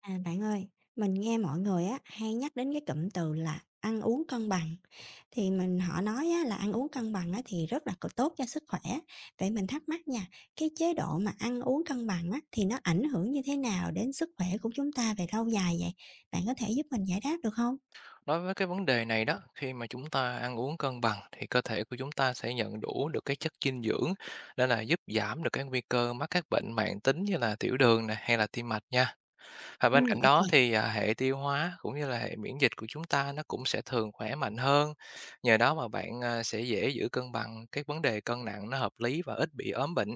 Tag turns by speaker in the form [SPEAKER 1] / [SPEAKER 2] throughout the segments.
[SPEAKER 1] À, bạn ơi, mình nghe mọi người á hay nhắc đến cái cụm từ là ăn uống cân bằng. Thì họ nói á, là ăn uống cân bằng á, thì rất là tốt cho sức khỏe. Vậy mình thắc mắc nha, cái chế độ mà ăn uống cân bằng á, thì nó ảnh hưởng như thế nào đến sức khỏe của chúng ta về lâu dài vậy? Bạn có thể giúp mình giải đáp được không?
[SPEAKER 2] Đối với cái vấn đề này đó, khi mà chúng ta ăn uống cân bằng thì cơ thể của chúng ta sẽ nhận đủ được cái chất dinh dưỡng, nên là giúp giảm được cái nguy cơ mắc các bệnh mãn tính như là tiểu đường này hay là tim mạch nha. Và bên
[SPEAKER 1] Ừ,
[SPEAKER 2] cạnh đó
[SPEAKER 1] ok.
[SPEAKER 2] thì hệ tiêu hóa cũng như là hệ miễn dịch của chúng ta nó cũng sẽ thường khỏe mạnh hơn. Nhờ đó mà bạn sẽ dễ giữ cân bằng các vấn đề cân nặng nó hợp lý và ít bị ốm bệnh.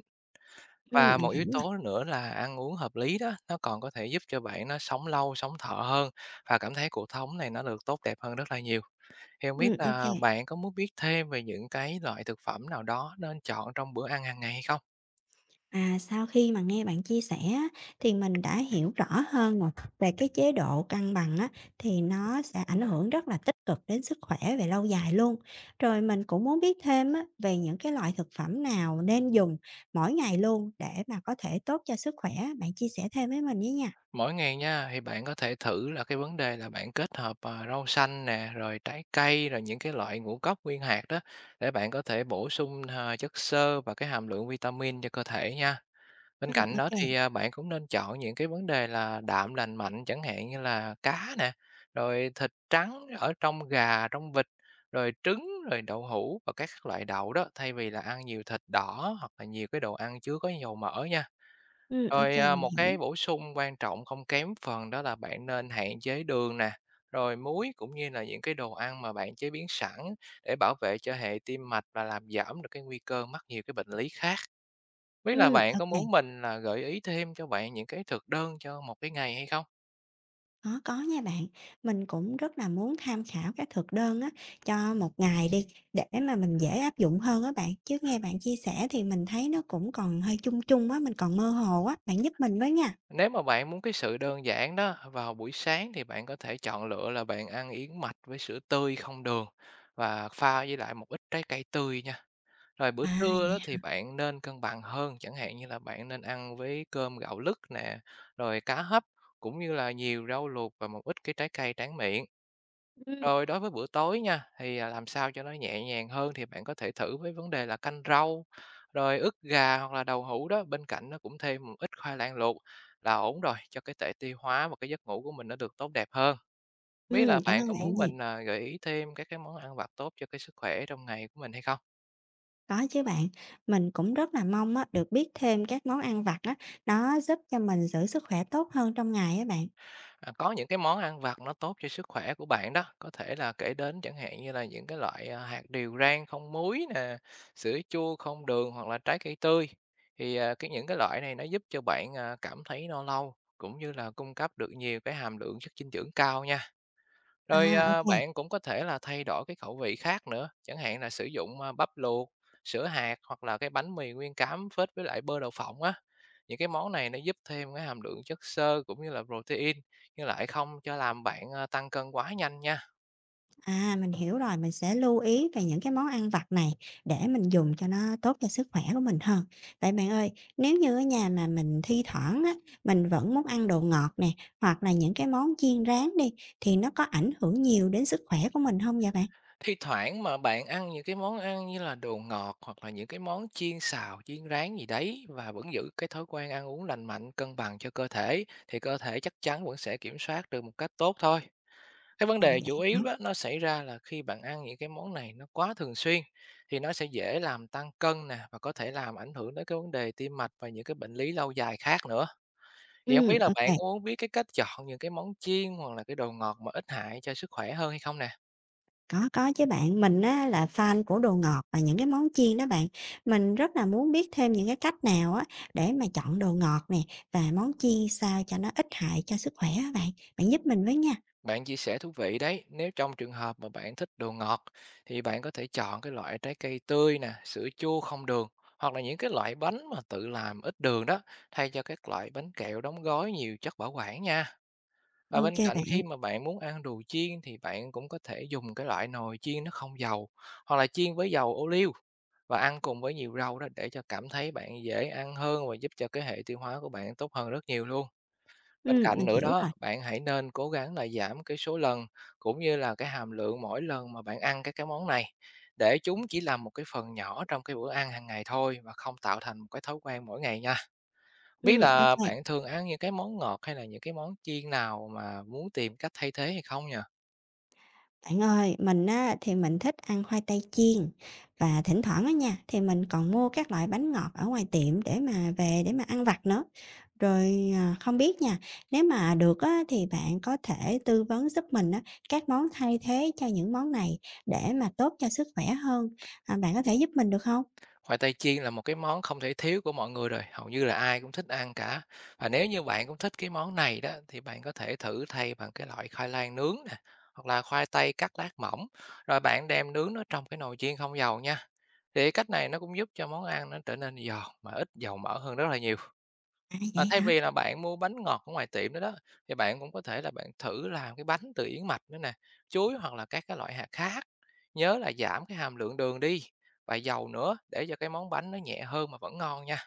[SPEAKER 1] Ừ,
[SPEAKER 2] Và
[SPEAKER 1] mình
[SPEAKER 2] một
[SPEAKER 1] hiểu
[SPEAKER 2] yếu
[SPEAKER 1] rồi.
[SPEAKER 2] tố nữa là ăn uống hợp lý đó, nó còn có thể giúp cho bạn nó sống lâu, sống thọ hơn và cảm thấy cuộc sống này nó được tốt đẹp hơn rất là nhiều. Thì hông biết
[SPEAKER 1] Ừ, ok.
[SPEAKER 2] là bạn có muốn biết thêm về những cái loại thực phẩm nào đó nên chọn trong bữa ăn hàng ngày hay không?
[SPEAKER 1] À, sau khi mà nghe bạn chia sẻ á, thì mình đã hiểu rõ hơn rồi về cái chế độ cân bằng á, thì nó sẽ ảnh hưởng rất là tích cực đến sức khỏe về lâu dài luôn. Rồi mình cũng muốn biết thêm á, về những cái loại thực phẩm nào nên dùng mỗi ngày luôn để mà có thể tốt cho sức khỏe. Bạn chia sẻ thêm với mình nhé nha.
[SPEAKER 2] Mỗi ngày nha, thì bạn có thể thử là cái vấn đề là bạn kết hợp, rau xanh nè, rồi trái cây, rồi những cái loại ngũ cốc nguyên hạt đó, để bạn có thể bổ sung, chất xơ và cái hàm lượng vitamin cho cơ thể nha. Bên cạnh
[SPEAKER 1] Ok
[SPEAKER 2] đó
[SPEAKER 1] kê.
[SPEAKER 2] thì, bạn cũng nên chọn những cái vấn đề là đạm lành mạnh, chẳng hạn như là cá nè, rồi thịt trắng ở trong gà, trong vịt, rồi trứng, rồi đậu hũ và các loại đậu đó, thay vì là ăn nhiều thịt đỏ hoặc là nhiều cái đồ ăn chứa có dầu mỡ nha.
[SPEAKER 1] Ok,
[SPEAKER 2] Rồi,
[SPEAKER 1] mình
[SPEAKER 2] một
[SPEAKER 1] hiểu.
[SPEAKER 2] cái bổ sung quan trọng không kém phần đó là bạn nên hạn chế đường nè, rồi muối cũng như là những cái đồ ăn mà bạn chế biến sẵn, để bảo vệ cho hệ tim mạch và làm giảm được cái nguy cơ mắc nhiều cái bệnh lý khác. Biết là bạn có
[SPEAKER 1] Ok.
[SPEAKER 2] muốn mình là gợi ý thêm cho bạn những cái thực đơn cho một cái ngày hay không?
[SPEAKER 1] Có nha bạn. Mình cũng rất là muốn tham khảo các thực đơn á, cho một ngày đi, để mà mình dễ áp dụng hơn á bạn. Chứ nghe bạn chia sẻ thì mình thấy nó cũng còn hơi chung chung á, mình còn mơ hồ á, bạn giúp mình với nha.
[SPEAKER 2] Nếu mà bạn muốn cái sự đơn giản đó, vào buổi sáng thì bạn có thể chọn lựa là bạn ăn yến mạch với sữa tươi không đường và pha với lại một ít trái cây tươi nha. Rồi bữa
[SPEAKER 1] À,
[SPEAKER 2] trưa đó
[SPEAKER 1] dạ.
[SPEAKER 2] thì bạn nên cân bằng hơn, chẳng hạn như là bạn nên ăn với cơm gạo lứt nè, rồi cá hấp cũng như là nhiều rau luộc và một ít cái trái cây tráng miệng.
[SPEAKER 1] Ừm.
[SPEAKER 2] Rồi đối với bữa tối nha, làm sao cho nó nhẹ nhàng hơn thì bạn có thể thử với vấn đề là canh rau, rồi ức gà hoặc là đậu hũ đó, bên cạnh nó cũng thêm một ít khoai lang luộc là ổn rồi, cho cái hệ tiêu hóa và cái giấc ngủ của mình nó được tốt đẹp hơn. Biết là
[SPEAKER 1] Cảm
[SPEAKER 2] bạn
[SPEAKER 1] ơn
[SPEAKER 2] có
[SPEAKER 1] bạn
[SPEAKER 2] muốn
[SPEAKER 1] nhiều.
[SPEAKER 2] mình gợi ý thêm các cái món ăn vặt tốt cho cái sức khỏe trong ngày của mình hay không?
[SPEAKER 1] Có chứ bạn, mình cũng rất là mong á, được biết thêm các món ăn vặt á, nó giúp cho mình giữ sức khỏe tốt hơn trong ngày á bạn.
[SPEAKER 2] Có những cái món ăn vặt nó tốt cho sức khỏe của bạn đó, có thể là kể đến chẳng hạn như là những cái loại, hạt điều rang không muối nè, sữa chua không đường hoặc là trái cây tươi. Thì, à, cái những cái loại này nó giúp cho bạn, cảm thấy no lâu cũng như là cung cấp được nhiều cái hàm lượng chất dinh dưỡng cao nha. Rồi,
[SPEAKER 1] À,
[SPEAKER 2] à,
[SPEAKER 1] ok.
[SPEAKER 2] bạn cũng có thể là thay đổi cái khẩu vị khác nữa, chẳng hạn là sử dụng, bắp luộc, sữa hạt hoặc là cái bánh mì nguyên cám phết với lại bơ đậu phộng á. Những cái món này nó giúp thêm cái hàm lượng chất xơ cũng như là protein, nhưng lại không cho làm bạn tăng cân quá nhanh nha.
[SPEAKER 1] À, mình hiểu rồi, mình sẽ lưu ý về những cái món ăn vặt này để mình dùng cho nó tốt cho sức khỏe của mình hơn. Vậy bạn ơi, nếu như ở nhà mà mình thi thoảng á, mình vẫn muốn ăn đồ ngọt nè, hoặc là những cái món chiên rán đi, thì nó có ảnh hưởng nhiều đến sức khỏe của mình không vậy bạn?
[SPEAKER 2] Thi thoảng mà bạn ăn những cái món ăn như là đồ ngọt hoặc là những cái món chiên xào, chiên rán gì đấy và vẫn giữ cái thói quen ăn uống lành mạnh, cân bằng cho cơ thể, thì cơ thể chắc chắn vẫn sẽ kiểm soát được một cách tốt thôi. Cái vấn
[SPEAKER 1] À,
[SPEAKER 2] đề
[SPEAKER 1] vậy
[SPEAKER 2] chủ
[SPEAKER 1] hả?
[SPEAKER 2] yếu đó nó xảy ra là khi bạn ăn những cái món này nó quá thường xuyên, thì nó sẽ dễ làm tăng cân nè và có thể làm ảnh hưởng đến cái vấn đề tim mạch và những cái bệnh lý lâu dài khác nữa. Thì không
[SPEAKER 1] Ừ,
[SPEAKER 2] biết là bạn
[SPEAKER 1] ok.
[SPEAKER 2] có muốn biết cái cách chọn những cái món chiên hoặc là cái đồ ngọt mà ít hại cho sức khỏe hơn hay không nè?
[SPEAKER 1] Có chứ bạn. Mình á, là fan của đồ ngọt và những cái món chiên đó bạn. Mình rất là muốn biết thêm những cái cách nào á, để mà chọn đồ ngọt nè và món chiên sao cho nó ít hại cho sức khỏe á bạn. Bạn giúp mình với nha.
[SPEAKER 2] Bạn chia sẻ thú vị đấy, nếu trong trường hợp mà bạn thích đồ ngọt, thì bạn có thể chọn cái loại trái cây tươi nè, sữa chua không đường hoặc là những cái loại bánh mà tự làm ít đường đó, thay cho các loại bánh kẹo đóng gói nhiều chất bảo quản nha. Và
[SPEAKER 1] OK
[SPEAKER 2] bên cạnh,
[SPEAKER 1] bạn.
[SPEAKER 2] khi mà bạn muốn ăn đồ chiên thì bạn cũng có thể dùng cái loại nồi chiên nó không dầu, hoặc là chiên với dầu ô liu và ăn cùng với nhiều rau đó, để cho cảm thấy bạn dễ ăn hơn và giúp cho cái hệ tiêu hóa của bạn tốt hơn rất nhiều luôn. Bên cạnh
[SPEAKER 1] Mình
[SPEAKER 2] nữa
[SPEAKER 1] hiểu
[SPEAKER 2] đó,
[SPEAKER 1] rồi.
[SPEAKER 2] bạn hãy nên cố gắng là giảm cái số lần cũng như là cái hàm lượng mỗi lần mà bạn ăn các cái món này, để chúng chỉ là một cái phần nhỏ trong cái bữa ăn hàng ngày thôi và không tạo thành một cái thói quen mỗi ngày nha. Biết
[SPEAKER 1] Ô.
[SPEAKER 2] là bạn thường ăn những cái món ngọt hay là những cái món chiên nào mà muốn tìm cách thay thế hay không nhỉ?
[SPEAKER 1] Bạn ơi, mình á thì mình thích ăn khoai tây chiên và thỉnh thoảng á nha, thì mình còn mua các loại bánh ngọt ở ngoài tiệm để mà về để mà ăn vặt nữa. Rồi, à, không biết nha, nếu mà được á thì bạn có thể tư vấn giúp mình á các món thay thế cho những món này để mà tốt cho sức khỏe hơn, à, bạn có thể giúp mình được không?
[SPEAKER 2] Khoai tây chiên là một cái món không thể thiếu của mọi người rồi, hầu như là ai cũng thích ăn cả. Và nếu như bạn cũng thích cái món này đó, thì bạn có thể thử thay bằng cái loại khoai lang nướng nè, hoặc là khoai tây cắt lát mỏng, rồi bạn đem nướng nó trong cái nồi chiên không dầu nha. Thì cách này nó cũng giúp cho món ăn nó trở nên giòn mà ít dầu mỡ hơn rất là nhiều.
[SPEAKER 1] À,
[SPEAKER 2] Ờ,
[SPEAKER 1] vậy
[SPEAKER 2] Thay
[SPEAKER 1] hả?
[SPEAKER 2] vì là bạn mua bánh ngọt ở ngoài tiệm đó đó, thì bạn cũng có thể là bạn thử làm cái bánh từ yến mạch nữa nè, chuối hoặc là các cái loại hạt khác. Nhớ là giảm cái hàm lượng đường đi và dầu nữa, để cho cái món bánh nó nhẹ hơn mà vẫn ngon nha.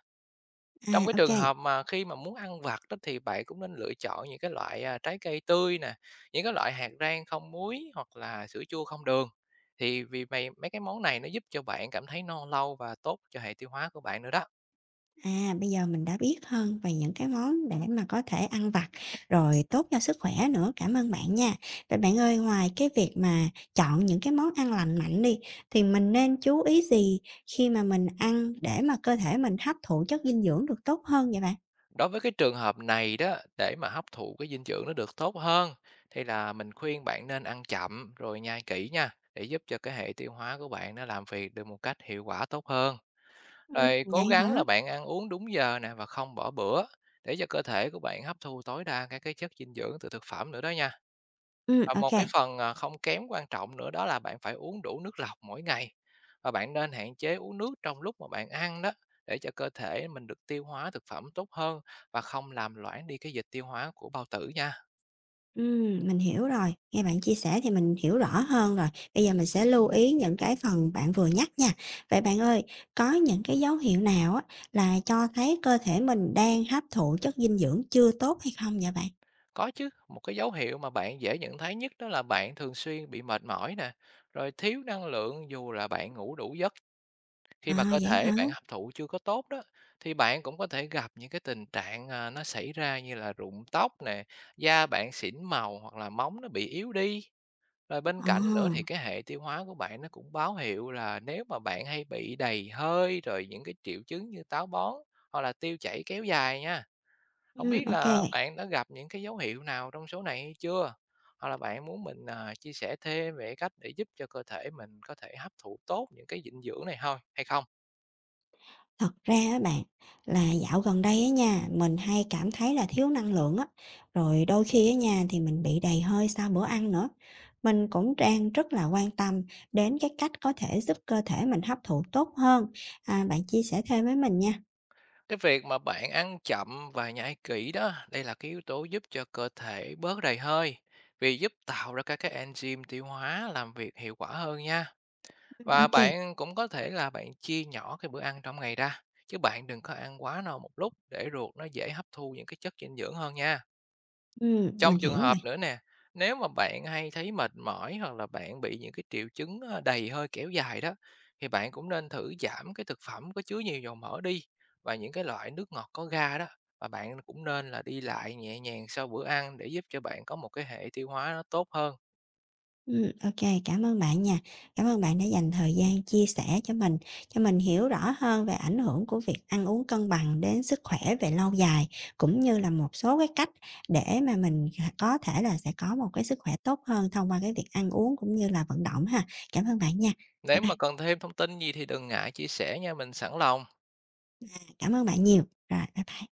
[SPEAKER 1] À,
[SPEAKER 2] Trong cái
[SPEAKER 1] ô.
[SPEAKER 2] trường hợp mà khi mà muốn ăn vặt đó, thì bạn cũng nên lựa chọn những cái loại, trái cây tươi nè, những cái loại hạt rang không muối hoặc là sữa chua không đường. Thì vì mày mấy cái món này nó giúp cho bạn cảm thấy no lâu và tốt cho hệ tiêu hóa của bạn nữa đó.
[SPEAKER 1] À, bây giờ mình đã biết hơn về những cái món để mà có thể ăn vặt, rồi tốt cho sức khỏe nữa, cảm ơn bạn nha. Vậy bạn ơi, ngoài cái việc mà chọn những cái món ăn lành mạnh đi, thì mình nên chú ý gì khi mà mình ăn để mà cơ thể mình hấp thụ chất dinh dưỡng được tốt hơn vậy bạn?
[SPEAKER 2] Đối với cái trường hợp này đó, để mà hấp thụ cái dinh dưỡng nó được tốt hơn, thì là mình khuyên bạn nên ăn chậm rồi nhai kỹ nha, để giúp cho cái hệ tiêu hóa của bạn nó làm việc được một cách hiệu quả tốt hơn. Rồi
[SPEAKER 1] Vậy
[SPEAKER 2] cố gắng
[SPEAKER 1] hả?
[SPEAKER 2] là bạn ăn uống đúng giờ nè và không bỏ bữa, để cho cơ thể của bạn hấp thu tối đa các cái chất dinh dưỡng từ thực phẩm nữa đó nha.
[SPEAKER 1] Ừ,
[SPEAKER 2] Và
[SPEAKER 1] ok.
[SPEAKER 2] một cái phần, không kém quan trọng nữa đó là bạn phải uống đủ nước lọc mỗi ngày, và bạn nên hạn chế uống nước trong lúc mà bạn ăn đó, để cho cơ thể mình được tiêu hóa thực phẩm tốt hơn và không làm loãng đi cái dịch tiêu hóa của bao tử nha.
[SPEAKER 1] Mình hiểu rồi, nghe bạn chia sẻ thì mình hiểu rõ hơn rồi. Bây giờ mình sẽ lưu ý những cái phần bạn vừa nhắc nha. Vậy bạn ơi, có những cái dấu hiệu nào á là cho thấy cơ thể mình đang hấp thụ chất dinh dưỡng chưa tốt hay không vậy bạn?
[SPEAKER 2] Có chứ, một cái dấu hiệu mà bạn dễ nhận thấy nhất đó là bạn thường xuyên bị mệt mỏi nè, rồi thiếu năng lượng dù là bạn ngủ đủ giấc.
[SPEAKER 1] À,
[SPEAKER 2] Khi mà cơ
[SPEAKER 1] vậy
[SPEAKER 2] thể
[SPEAKER 1] hả?
[SPEAKER 2] bạn hấp thụ chưa có tốt đó, thì bạn cũng có thể gặp những cái tình trạng, nó xảy ra như là rụng tóc nè, da bạn xỉn màu hoặc là móng nó bị yếu đi. Rồi bên
[SPEAKER 1] Ờ,
[SPEAKER 2] cạnh nữa thì cái hệ tiêu hóa của bạn nó cũng báo hiệu là nếu mà bạn hay bị đầy hơi, rồi những cái triệu chứng như táo bón hoặc là tiêu chảy kéo dài nha. Không biết
[SPEAKER 1] ô.
[SPEAKER 2] là bạn đã gặp những cái dấu hiệu nào trong số này hay chưa? Hoặc là bạn muốn mình chia sẻ thêm về cách để giúp cho cơ thể mình có thể hấp thụ tốt những cái dinh dưỡng này thôi hay không?
[SPEAKER 1] Thật ra á bạn, là dạo gần đây á nha, mình hay cảm thấy là thiếu năng lượng á, rồi đôi khi á nha thì mình bị đầy hơi sau bữa ăn nữa. Mình cũng đang rất là quan tâm đến cái cách có thể giúp cơ thể mình hấp thụ tốt hơn. À, bạn chia sẻ thêm với mình nha.
[SPEAKER 2] Cái việc mà bạn ăn chậm và nhai kỹ đó, đây là cái yếu tố giúp cho cơ thể bớt đầy hơi, vì giúp tạo ra các cái enzyme tiêu hóa làm việc hiệu quả hơn nha.
[SPEAKER 1] Ô
[SPEAKER 2] Và
[SPEAKER 1] kê,
[SPEAKER 2] bạn cũng có thể là bạn chia nhỏ cái bữa ăn trong ngày ra, chứ bạn đừng có ăn quá no một lúc, để ruột nó dễ hấp thu những cái chất dinh dưỡng hơn nha. Trong
[SPEAKER 1] mình
[SPEAKER 2] trường
[SPEAKER 1] hiểu
[SPEAKER 2] hợp
[SPEAKER 1] rồi.
[SPEAKER 2] nữa nè, nếu mà bạn hay thấy mệt mỏi hoặc là bạn bị những cái triệu chứng, đầy hơi kéo dài đó, thì bạn cũng nên thử giảm cái thực phẩm có chứa nhiều dầu mỡ đi và những cái loại nước ngọt có ga đó. Và bạn cũng nên là đi lại nhẹ nhàng sau bữa ăn, để giúp cho bạn có một cái hệ tiêu hóa nó tốt hơn.
[SPEAKER 1] Ô, cảm ơn bạn nha. Cảm ơn bạn đã dành thời gian chia sẻ cho mình hiểu rõ hơn về ảnh hưởng của việc ăn uống cân bằng đến sức khỏe về lâu dài, cũng như là một số cái cách để mà mình có thể là sẽ có một cái sức khỏe tốt hơn thông qua cái việc ăn uống cũng như là vận động ha. Cảm ơn bạn nha. Bye
[SPEAKER 2] Nếu
[SPEAKER 1] bye.
[SPEAKER 2] mà cần thêm thông tin gì thì đừng ngại chia sẻ nha, mình sẵn lòng.
[SPEAKER 1] Cảm ơn bạn nhiều. Rồi, bye bye.